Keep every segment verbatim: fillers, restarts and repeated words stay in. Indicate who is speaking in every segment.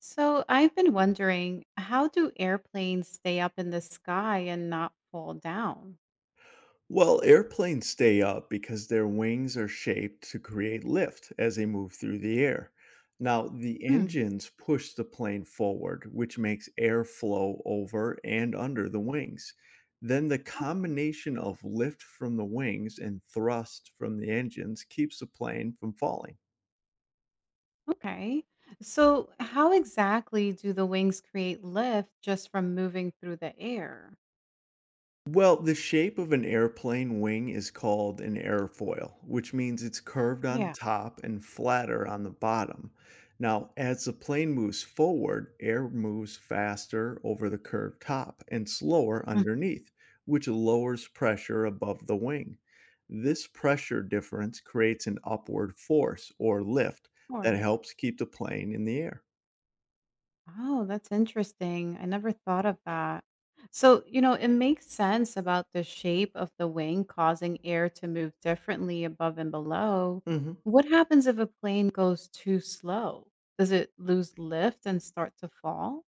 Speaker 1: So I've been wondering, how do airplanes stay up in the sky and not fall down?
Speaker 2: Well, airplanes stay up because their wings are shaped to create lift as they move through the air. Now, the
Speaker 1: Hmm.
Speaker 2: engines push the plane forward, which makes air flow over and under the wings. Then, the combination of lift from the wings and thrust from the engines keeps the plane from falling.
Speaker 1: Okay. So how exactly do the wings create lift just from moving through the air?
Speaker 2: Well, the shape of an airplane wing is called an airfoil, which means it's curved on
Speaker 1: Yeah.
Speaker 2: top and flatter on the bottom. Now, as the plane moves forward, air moves faster over the curved top and slower
Speaker 1: Mhm.
Speaker 2: underneath, which lowers pressure above the wing. This pressure difference creates an upward force or lift that
Speaker 1: Sure.
Speaker 2: helps keep the plane in the air.
Speaker 1: Oh, that's interesting. I never thought of that. So, you know, it makes sense about the shape of the wing causing air to move differently above and below.
Speaker 2: Mhm.
Speaker 1: What happens if a plane goes too slow? Does it lose lift and start to fall?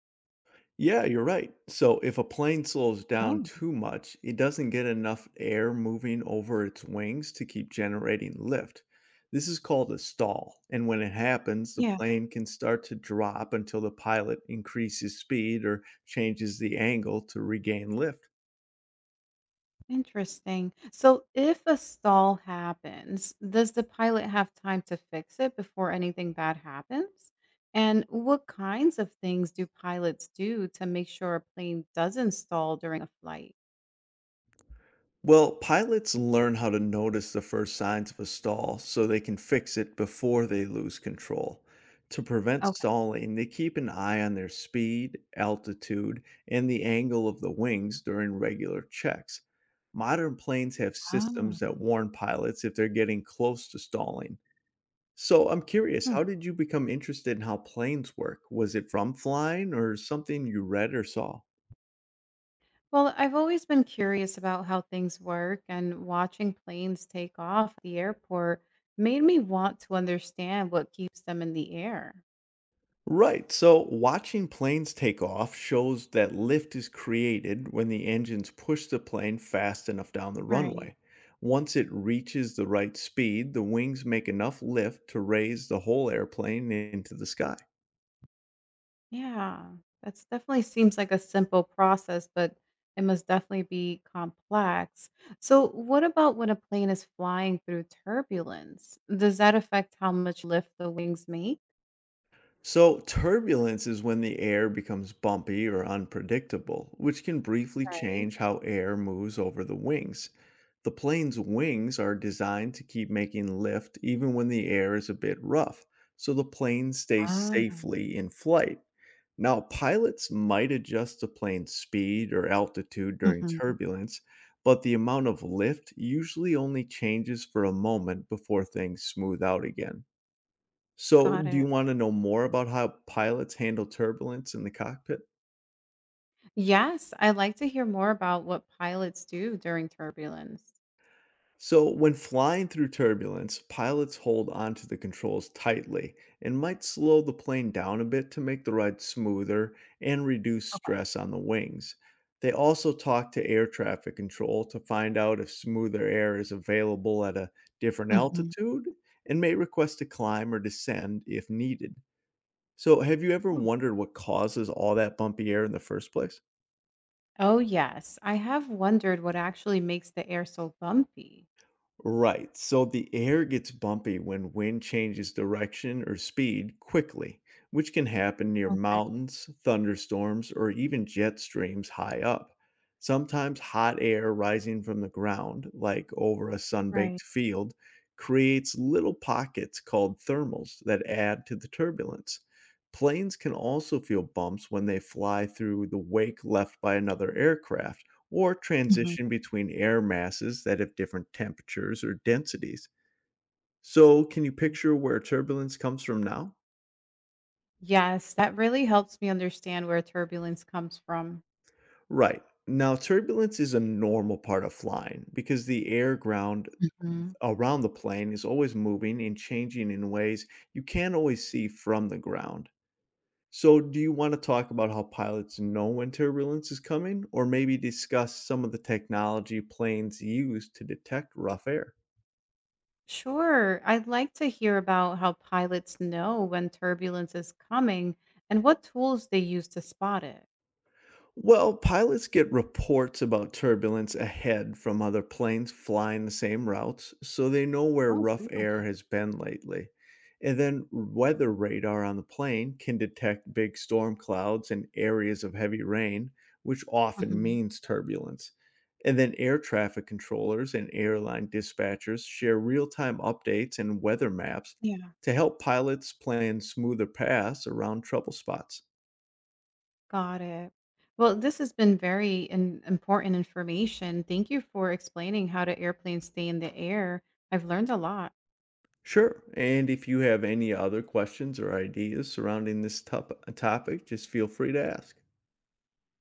Speaker 2: Yeah, you're right. So if a plane slows down
Speaker 1: Oh.
Speaker 2: too much, it doesn't get enough air moving over its wings to keep generating lift. This is called a stall. And when it happens, the
Speaker 1: Yeah.
Speaker 2: plane can start to drop until the pilot increases speed or changes the angle to regain lift.
Speaker 1: Interesting. So if a stall happens, does the pilot have time to fix it before anything bad happens? And what kinds of things do pilots do to make sure a plane doesn't stall during a flight?
Speaker 2: Well, pilots learn how to notice the first signs of a stall so they can fix it before they lose control. To prevent
Speaker 1: Okay.
Speaker 2: stalling, they keep an eye on their speed, altitude, and the angle of the wings during regular checks. Modern planes have
Speaker 1: Oh.
Speaker 2: systems that warn pilots if they're getting close to stalling. So I'm curious,
Speaker 1: Hmm.
Speaker 2: how did you become interested in how planes work? Was it from flying or something you read or saw?
Speaker 1: Well, I've always been curious about how things work, and watching planes take off at the airport made me want to understand what keeps them in the air.
Speaker 2: Right. So watching planes take off shows that lift is created when the engines push the plane fast enough down the
Speaker 1: Right.
Speaker 2: runway. Once it reaches the right speed, the wings make enough lift to raise the whole airplane into the sky.
Speaker 1: Yeah, that's definitely seems like a simple process, but it must definitely be complex. So, what about when a plane is flying through turbulence? Does that affect how much lift the wings make?
Speaker 2: So, turbulence is when the air becomes bumpy or unpredictable, which can briefly
Speaker 1: Right.
Speaker 2: change how air moves over the wings. The plane's wings are designed to keep making lift even when the air is a bit rough, so the plane stays
Speaker 1: Oh.
Speaker 2: safely in flight. Now, pilots might adjust the plane's speed or altitude during
Speaker 1: Mhm.
Speaker 2: turbulence, but the amount of lift usually only changes for a moment before things smooth out again. So,
Speaker 1: Got
Speaker 2: do
Speaker 1: it.
Speaker 2: you want to know more about how pilots handle turbulence in the cockpit?
Speaker 1: Yes, I'd like to hear more about what pilots do during turbulence.
Speaker 2: So, when flying through turbulence, pilots hold onto the controls tightly and might slow the plane down a bit to make the ride smoother and reduce
Speaker 1: Okay.
Speaker 2: stress on the wings. They also talk to air traffic control to find out if smoother air is available at a different
Speaker 1: Mhm.
Speaker 2: altitude and may request to climb or descend if needed. So, have you ever
Speaker 1: Oh.
Speaker 2: wondered what causes all that bumpy air in the first place?
Speaker 1: Oh, yes. I have wondered what actually makes the air so bumpy.
Speaker 2: Right. So the air gets bumpy when wind changes direction or speed quickly, which can happen near
Speaker 1: Okay.
Speaker 2: mountains, thunderstorms, or even jet streams high up. Sometimes hot air rising from the ground, like over a
Speaker 1: Right.
Speaker 2: sun-baked field, creates little pockets called thermals that add to the turbulence. Planes can also feel bumps when they fly through the wake left by another aircraft or
Speaker 1: Mhm.
Speaker 2: transition between air masses that have different temperatures or densities. So, can you picture where turbulence comes from now?
Speaker 1: Yes, that really helps me understand where turbulence comes from.
Speaker 2: Right. Now, turbulence is a normal part of flying because the air ground
Speaker 1: Mhm.
Speaker 2: around the plane is always moving and changing in ways you can't always see from the ground. So, do you want to talk about how pilots know when turbulence is coming, or maybe discuss some of the technology planes use to detect rough air?
Speaker 1: Sure, I'd like to hear about how pilots know when turbulence is coming and what tools they use to spot it.
Speaker 2: Well, pilots get reports about turbulence ahead from other planes flying the same routes, so they know where
Speaker 1: Oh,
Speaker 2: rough air
Speaker 1: really?
Speaker 2: has been lately. And then weather radar on the plane can detect big storm clouds and areas of heavy rain, which often
Speaker 1: Hmm.
Speaker 2: means turbulence. And then air traffic controllers and airline dispatchers share real time updates and weather maps
Speaker 1: Yeah,
Speaker 2: to help pilots plan smoother paths around trouble spots.
Speaker 1: got it. Well, this has been very in- important information. Thank you for explaining how do airplanes stay in the air. I've learned a lot.
Speaker 2: Sure. And if you have any other questions or ideas surrounding this top- topic, just feel free to ask.